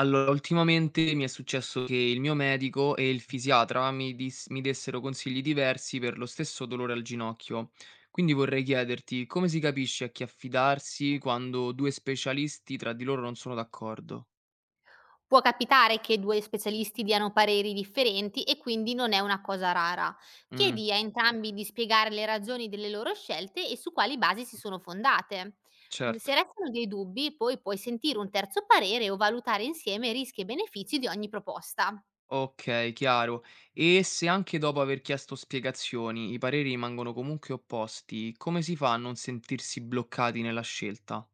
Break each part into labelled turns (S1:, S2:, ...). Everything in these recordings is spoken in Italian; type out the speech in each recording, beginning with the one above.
S1: Allora, ultimamente mi è successo che il mio medico e il fisiatra mi dessero consigli diversi per lo stesso dolore al ginocchio. Quindi vorrei chiederti come si capisce a chi affidarsi quando due specialisti tra di loro non sono d'accordo?
S2: Può capitare che 2 specialisti diano pareri differenti e quindi non è una cosa rara.
S1: Mm,
S2: Chiedi a entrambi di spiegare le ragioni delle loro scelte e su quali basi si sono fondate. Se
S1: certo.
S2: restano dei dubbi, poi puoi sentire un terzo parere o valutare insieme rischi e benefici di ogni proposta.
S1: Ok, chiaro. E se anche dopo aver chiesto spiegazioni i pareri rimangono comunque opposti, come si fa a non sentirsi bloccati nella scelta?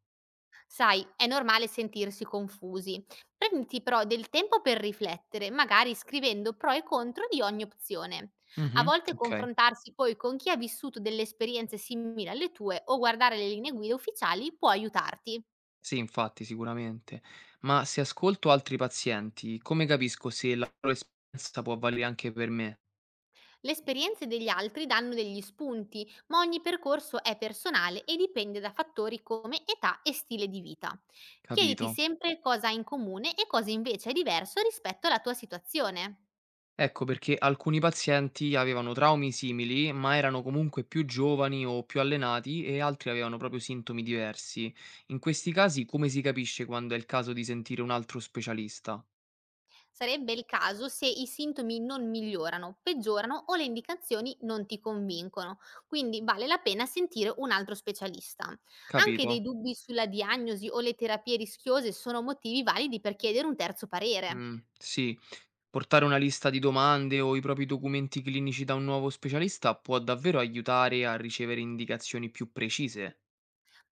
S2: Sai, è normale sentirsi confusi. Prenditi però del tempo per riflettere, magari scrivendo pro e contro di ogni opzione. A
S1: Mhm,
S2: volte
S1: ok.
S2: confrontarsi poi con chi ha vissuto delle esperienze simili alle tue o guardare le linee guida ufficiali può aiutarti.
S1: Sì, infatti, sicuramente. Ma se ascolto altri pazienti, come capisco se la loro esperienza può valere anche per me?
S2: Le esperienze degli altri danno degli spunti, ma ogni percorso è personale e dipende da fattori come età e stile di vita. Chiediti
S1: Capito?
S2: sempre cosa ha in comune e cosa invece è diverso rispetto alla tua situazione.
S1: Ecco, perché alcuni pazienti avevano traumi simili, ma erano comunque più giovani o più allenati e altri avevano proprio sintomi diversi. In questi casi, come si capisce quando è il caso di sentire un altro specialista?
S2: Sarebbe il caso se i sintomi non migliorano, peggiorano o le indicazioni non ti convincono, quindi vale la pena sentire un altro specialista. Anche dei
S1: Capito?
S2: dubbi sulla diagnosi o le terapie rischiose sono motivi validi per chiedere un terzo parere.
S1: Mm, sì. Portare una lista di domande o i propri documenti clinici da un nuovo specialista può davvero aiutare a ricevere indicazioni più precise.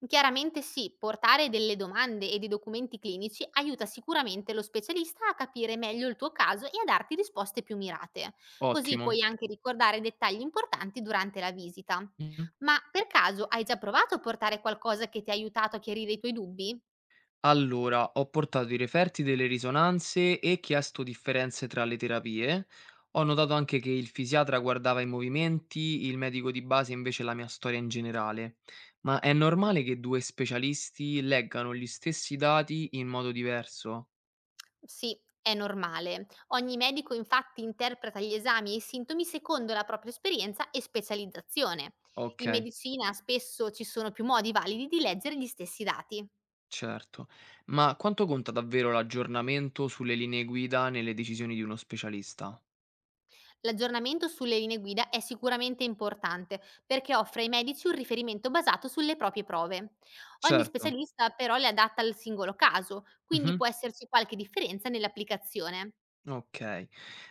S2: Chiaramente sì, portare delle domande e dei documenti clinici aiuta sicuramente lo specialista a capire meglio il tuo caso e a darti risposte più mirate. Così
S1: Ottimo.
S2: puoi anche ricordare dettagli importanti durante la visita.
S1: Mhm.
S2: Ma per caso hai già provato a portare qualcosa che ti ha aiutato a chiarire i tuoi dubbi?
S1: Allora, ho portato i referti delle risonanze e chiesto differenze tra le terapie. Ho notato anche che il fisiatra guardava i movimenti, il medico di base invece la mia storia in generale. Ma è normale che due specialisti leggano gli stessi dati in modo diverso?
S2: Sì, è normale. Ogni medico infatti interpreta gli esami e i sintomi secondo la propria esperienza e specializzazione. In
S1: Ok.
S2: medicina spesso ci sono più modi validi di leggere gli stessi dati.
S1: Certo, ma quanto conta davvero l'aggiornamento sulle linee guida nelle decisioni di uno specialista?
S2: L'aggiornamento sulle linee guida è sicuramente importante perché offre ai medici un riferimento basato sulle proprie prove. Ogni
S1: Certo.
S2: specialista però le adatta al singolo caso, quindi
S1: Mh-mh.
S2: può esserci qualche differenza nell'applicazione.
S1: Okay.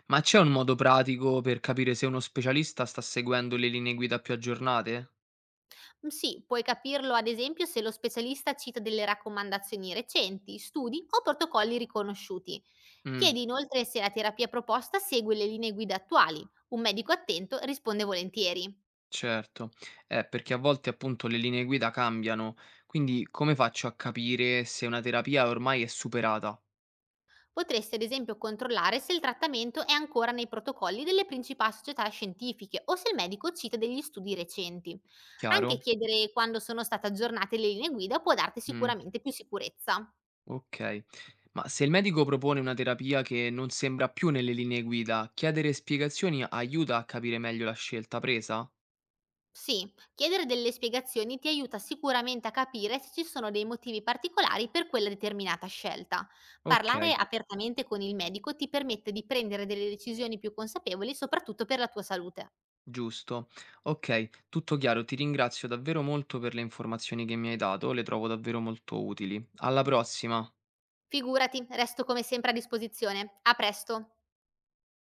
S1: Ma c'è un modo pratico per capire se uno specialista sta seguendo le linee guida più aggiornate?
S2: Mm, sì, puoi capirlo ad esempio se lo specialista cita delle raccomandazioni recenti, studi o protocolli riconosciuti.
S1: Mh,
S2: Chiedi inoltre se la terapia proposta segue le linee guida attuali. Un medico attento risponde volentieri.
S1: certo. Perché a volte appunto le linee guida cambiano, quindi come faccio a capire se una terapia ormai è superata?
S2: Potresti ad esempio controllare se il trattamento è ancora nei protocolli delle principali società scientifiche o se il medico cita degli studi recenti. Anche
S1: Chiaro?
S2: chiedere quando sono state aggiornate le linee guida può darti
S1: Mh.
S2: sicuramente più sicurezza.
S1: Okay. Ma se il medico propone una terapia che non sembra più nelle linee guida, chiedere spiegazioni aiuta a capire meglio la scelta presa?
S2: Sì, chiedere delle spiegazioni ti aiuta sicuramente a capire se ci sono dei motivi particolari per quella determinata scelta. Parlare
S1: Okay,
S2: apertamente con il medico ti permette di prendere delle decisioni più consapevoli, soprattutto per la tua salute.
S1: giusto. Ok, tutto chiaro, ti ringrazio davvero molto per le informazioni che mi hai dato, le trovo davvero molto utili. Alla prossima!
S2: Figurati, resto come sempre a disposizione. A presto!